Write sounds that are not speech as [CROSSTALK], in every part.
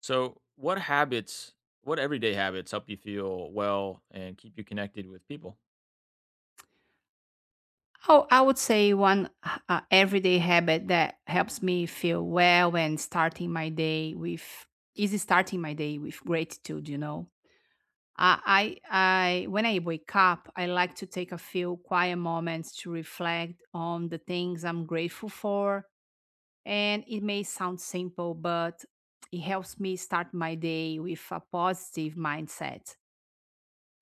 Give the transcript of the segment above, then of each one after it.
So, what habits, what everyday habits help you feel well and keep you connected with people? Oh, I would say one everyday habit that helps me feel well and starting my day with is starting my day with gratitude. You know, I when I wake up, I like to take a few quiet moments to reflect on the things I'm grateful for, and it may sound simple, but it helps me start my day with a positive mindset.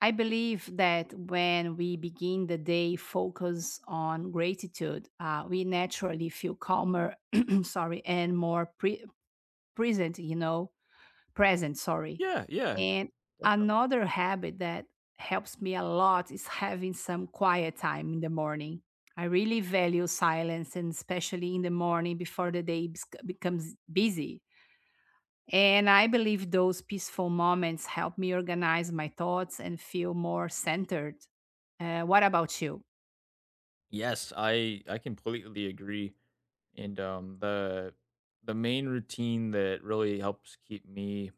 I believe that when we begin the day focus on gratitude, we naturally feel calmer, [CLEARS THROAT] sorry, and present, present, sorry. Yeah, yeah. And another habit that helps me a lot is having some quiet time in the morning. I really value silence, and especially in the morning before the becomes busy. And I believe those peaceful moments help me organize my thoughts and feel more centered. What about you? Yes, I completely agree. And the main routine that really helps keep me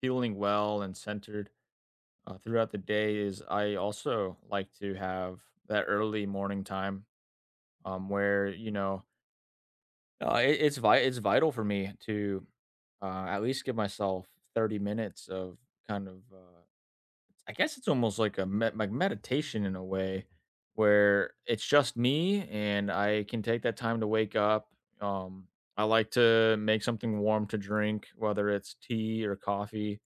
feeling well and centered throughout the day is I also like to have that early morning time where it's it's vital for me to at least give myself 30 minutes of kind of uh, I guess it's almost like a like meditation in a way where it's just me and I can take that time to wake up. Um, I like to make something warm to drink, whether it's tea or coffee.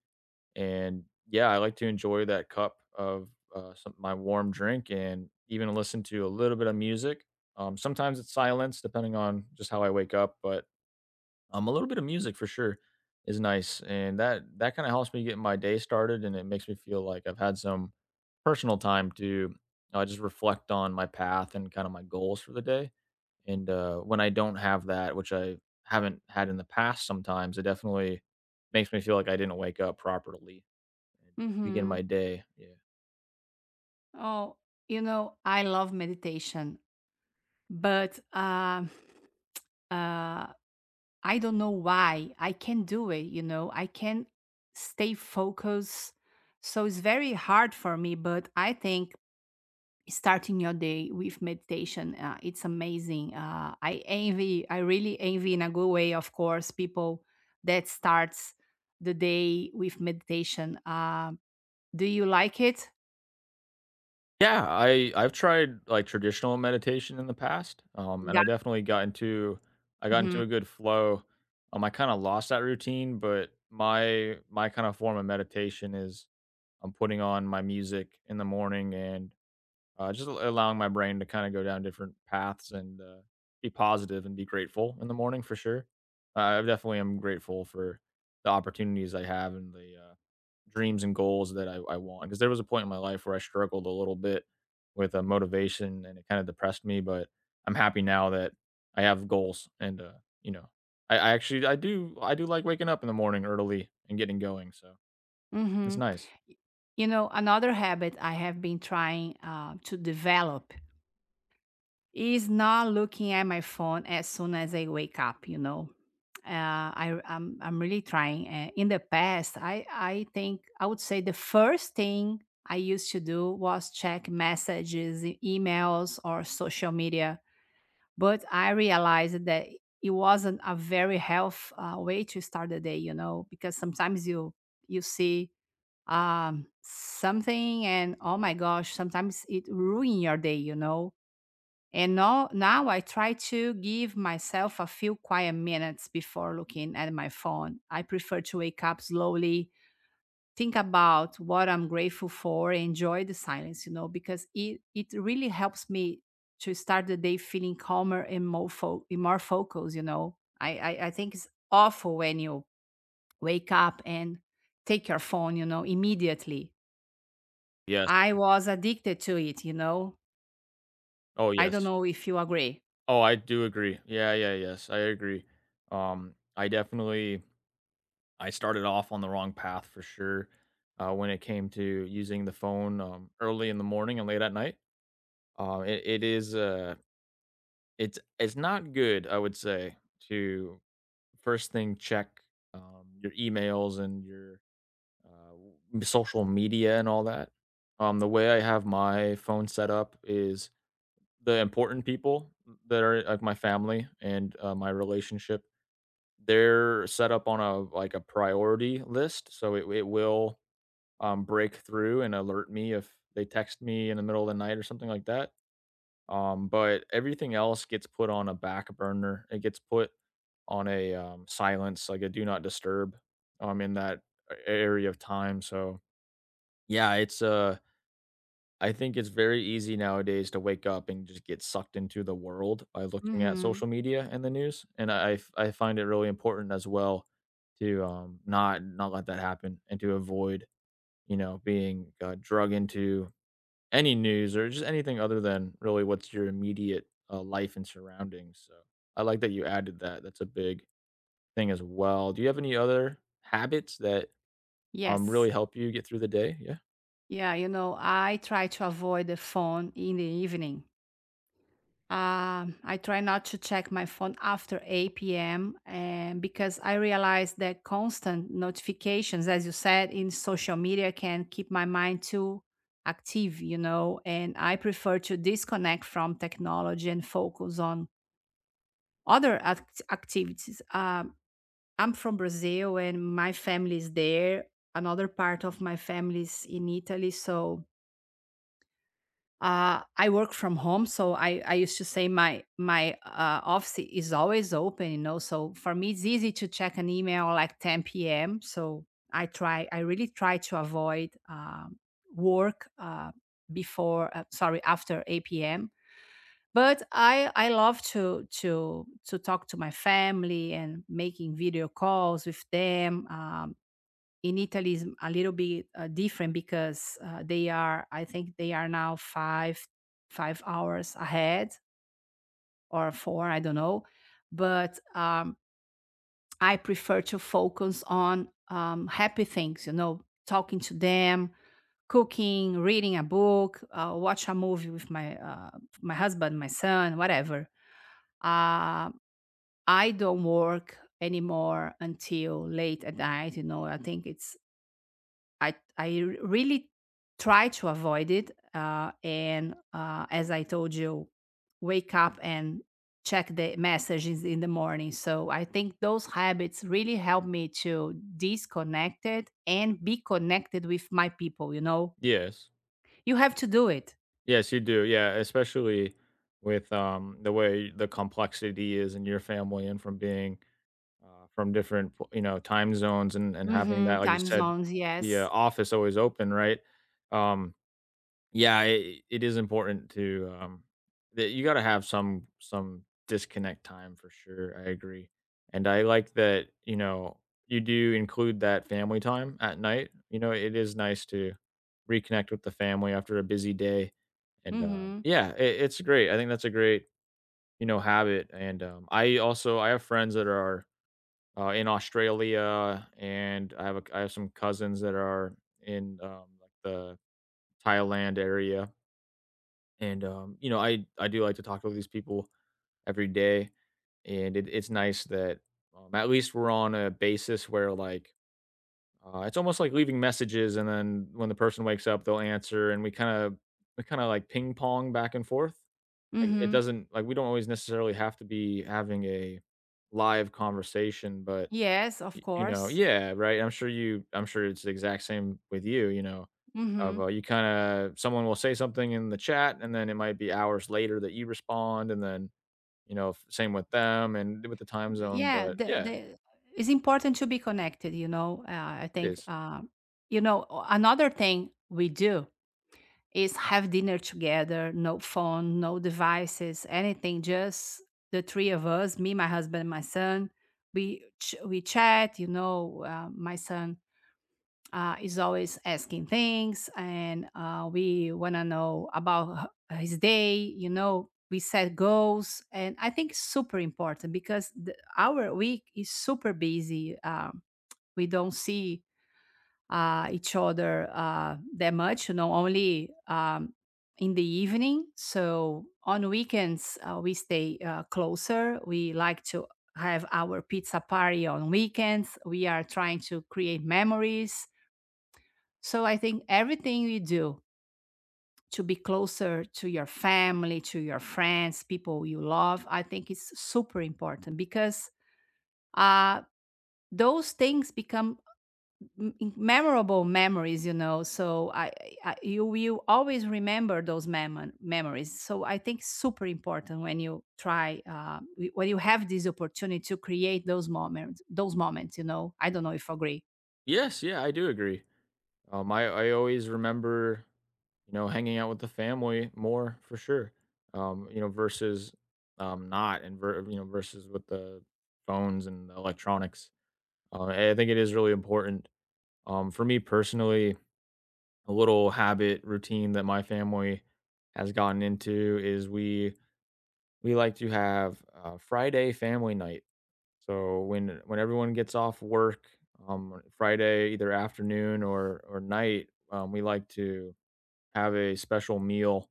And yeah, I like to enjoy that cup of my warm drink and even listen to a little bit of music. Sometimes it's silence, depending on just how I wake up. But a little bit of music for sure is nice, and that kinda helps me get my day started, and it makes me feel like I've had some personal time to, just reflect on my path and kinda my goals for the day, and, when I don't have that, which I haven't had in the past sometimes, it definitely makes me feel like I didn't wake up properly and begin hmm. my day, yeah. Oh, you know, I love meditation, but uh, I don't know why. I can not do it, you know, I can stay focused. So it's very hard for me, but I think starting your day with meditation it's amazing I really envy, in a good way of course, people that starts the day with meditation, do you like it? Yeah, I've tried, like, traditional meditation in the past, and Yeah. I definitely got Mhm, into a good flow. I kinda lost that routine, but my kind of form of meditation is I'm putting on my music in the morning and, just al allowing my brain to kinda go down different paths and, be positive and be grateful in the morning for sure. I definitely am grateful for the opportunities I have and the dreams and goals that I want. Because there was a point in my life where I struggled a little bit with, motivation, and it kinda depressed me, but I'm happy now that I have goals and, you know, I do like waking up in the morning early and getting going, so it's mhm. nice. You know, another habit I have been trying to develop is not looking at my phone as soon as I wake up, you know. I'm really trying. In the past, I think I would say the first thing I used to do was check messages, emails, or social media. But I realized that it wasn't a very health way to start the day, you know, because sometimes you see something and, oh my gosh, sometimes it ruin your day, you know. And now I try to give myself a few quiet minutes before looking at my phone. I prefer to wake up slowly, think about what I'm grateful for, enjoy the silence, you know, because it really helps me to start the day feeling calmer and and more focused, you know. I think it's awful when you wake up and take your phone, you know, immediately. Yes. I was addicted to it, you know. Oh, I don't yes. know if you agree. Oh, I do agree. Yeah, yeah, yes, I agree. I definitely I started off on the wrong path for sure, when it came to using the phone, early in the morning and late at night. Uh, it it is, uh it's not good, I would say, to first thing check, your emails and your, uh, w social media and all that. The way I have my phone set up is the important people that are like my family and, my relationship, they're set up on a like a priority list, so it will, break through and alert me if they text me in the middle of the night or something like that. But everything else gets put on a back burner. It gets put on a, silence, like a do not disturb, in that a area of time, so, yeah, I think it's very easy nowadays to wake up and just get sucked into the world by looking at Hmm. social media and the news, and I find it really important as well to, not not let that happen and to avoid, you know, being, drug into any news or just anything other than really what's your immediate, life and surroundings, so I like that you added that, that's a big thing as well. Do you have any other habits that, Yes. really help you get through the day? Yeah. Yeah, you know, I try to avoid the phone in the evening. I try not to check my phone after 8 p.m., and because I realize that constant notifications, as you said, in social media can keep my mind too active, you know, and I prefer to disconnect from technology and focus on activities. I'm from Brazil and my family is there. Another part of my family is in Italy, so I work from home, so I used to say my my office is always open, you know. So for me, it's easy to check an email like 10 p.m. So I really try to avoid work sorry, after 8 p.m. But I love to talk to my family and making video calls with them. In Italy is a little bit different because they are, I think they are now five hours ahead, or four, I don't know. But I prefer to focus on happy things, you know, talking to them, cooking, reading a book, watch a movie with my my husband, my son, whatever. Uh, I don't work anymore until late at night. You know, I think it's I really try to avoid it, and as I told you, wake up and check the messages in the morning. So I think those habits really help me to disconnect it and be connected with my people. You know, Yes. you have to do it. Yes, you do. Yeah, especially with the way the complexity is in your family and from being from different you know time zones and having that Hmm. like you Time said zones, the yes. office always open, right? Um Yeah, it it is important to, that you gotta have some disconnect time for sure, I agree, and I like that, you know, you do include that family time at night, you know, it is nice to reconnect with the family after a busy day, and, Hmm. yeah, I it's great, I think that's a great, you know, habit, and, I also I have friends that are, in Australia, and I have some cousins that are in, like, the Thailand area. And, you know, I do like to talk to these people every day, and it's nice that at least we're on a basis where like it's almost like leaving messages, and then when the person wakes up, they'll answer, and we kind of like ping pong back and forth. Like it Hmm. doesn't like we don't always necessarily have to be having a live conversation, but Yes, of you know, course. yeah, right. I'm sure you. I'm sure it's the exact same with you. You know, of Hmm. You kind of someone will say something in the chat and then it might be hours later that you respond and then you know same with them and with the time zone but yeah The it's important to be connected, you know, I it think, is you know, o another thing we do is have dinner together, no phone, no devices, anything, just the three of us, me, my husband, and my son. We we chat, you know, my son is always asking things, and we want to know about his day, you know. We set goals, and I think it's super important because our week is super busy. Um, we don't see each other that much, you know, only in the evening. So on weekends we stay closer. We like to have our pizza party on weekends. We are trying to create memories, so I think everything you do to be closer to your family, to your friends, people you love, I think it's super important because uh, those things become m- m- memorable memories, you know. I you will always remember those memories. So I think super important when you try when you have this opportunity to create those moments, you know. I don't know if you agree. yes yeah I do agree I always remember you know hanging out with the family more for sure you know versus not, you know versus with the phones and the electronics. I think it is really important for me personally. A little habit routine that my family has gotten into is we like to have Friday family night. So when everyone gets off work Friday, either afternoon or night, we like to have a special meal.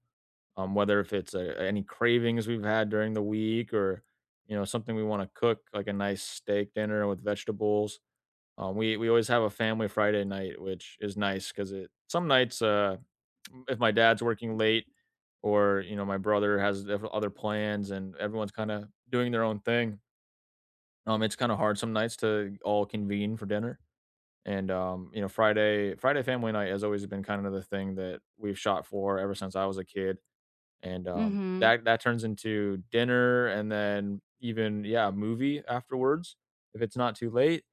Whether if it's any cravings we've had during the week or you know something we want to cook, like a nice steak dinner with vegetables, we we always have a family Friday night, which is nice because it some nights, if my dad's working late, or you know my brother has other plans, and everyone's kind of doing their own thing. It's kind of hard some nights to all convene for dinner. And you know Friday family night has always been kind of the thing that we've shot for ever since I was a kid and, Hmm. that that turns into dinner and then even yeah, a movie afterwards if it's not too late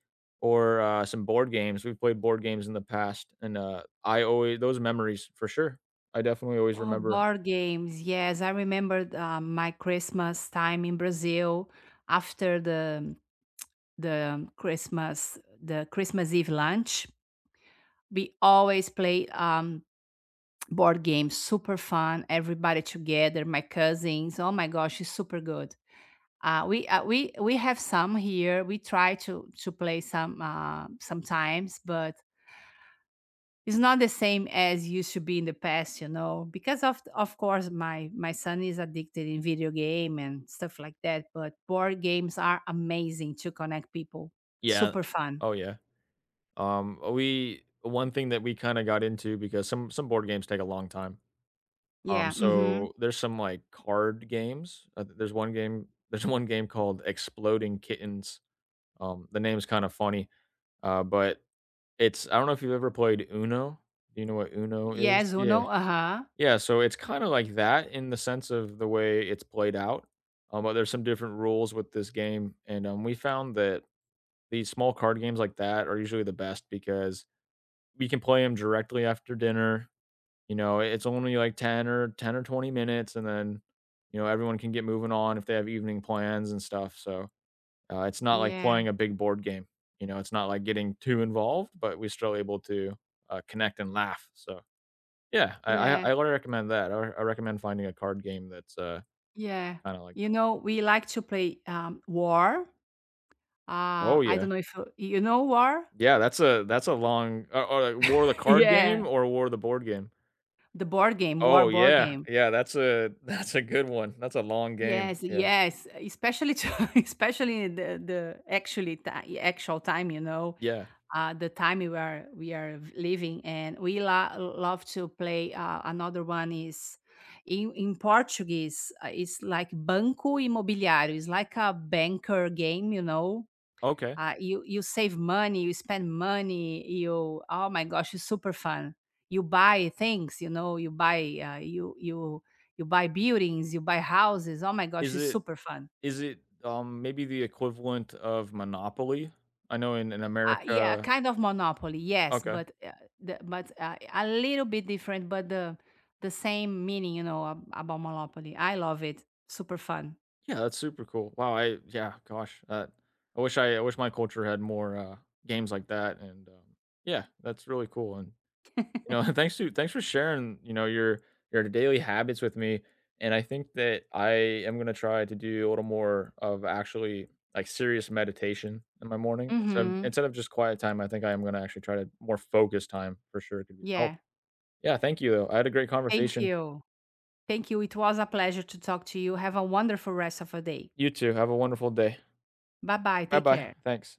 or, some board games. We've played board games in the past, and, I always those memories for sure. I definitely always Oh, remember. board games. Yes, I remember my Christmas time in Brazil after the Christmas Eve lunch. We always play board games. Super fun. Everybody together. My cousins. Oh my gosh, it's super good. We have some here. We try to play some sometimes, but it's not the same as used to be in the past, you know, because of course, my son is addicted in video game and stuff like that. But board games are amazing to connect people. Yeah. Super fun. Oh, yeah. We one thing that we kinda got into because some board games take a long time. Yeah. Mm-hmm. So there's some, like, card games. Th- there's one game [LAUGHS] there's one game called Exploding Kittens. The name's kinda funny, but it's I don't know if you've ever played Uno. Do you know what Uno is? Yes, Yeah. Uno. Uh-huh. Yeah, so it's kinda like that in the sense of the way it's played out, but there's some different rules with this game, and, we found that these small card games like that are usually the best because we can play them directly after dinner, you know, it's only like 10 or 10 or 20 minutes, and then, you know, everyone can get moving on if they have evening plans and stuff, so it's not like Yeah. playing a big board game, you know, it's not like getting too involved, but we're still able to, connect and laugh, so, yeah, I Yeah. I I would recommend that, I recommend finding a card game that's, Yeah. kinda like You that. know, we like to play War. Uh, Oh, I yeah. don't know if you know War. Yeah, that's a long or like, War the [LAUGHS] card Yeah. game or War the board game? The board game, War Oh, board yeah, game. yeah, that's a [LAUGHS] that's a good one, that's a long game, Yes, yeah. yes, especially to [LAUGHS] especially the actually ti actual time, you know, Yeah, the time we are, living, and we la love to play. Another one is in Portuguese. It's like Banco Imobiliário. It's like a banker game, you know. okay. You you save money, you spend money. You, oh my gosh, it's super fun. You buy things, you know, you buy buildings, you buy houses. Oh my gosh, Is it's it super fun. is it, maybe the equivalent of Monopoly? I know in Yeah, America. kind of monopoly, yes, Okay. but a little bit different, but the same meaning, you know, about monopoly. I love it. Super fun. Yeah, that's super cool. Wow, I yeah, gosh, that I wish my culture had more games like that. And yeah, that's really cool. And you know, [LAUGHS] thanks for sharing, you know, your daily habits with me. And I think that I am gonna try to do a little more of actually like serious meditation in my morning Mm-hmm. instead of just quiet time. I think I am gonna actually try to more focus time for sure. It could be help. Yeah. Yeah, thank you though. I had a great Thank conversation. you. Thank you. It was a pleasure to talk to you. Have a wonderful rest of your day. You too. Have a wonderful day. Bye bye. Bye Take bye. care. Thanks.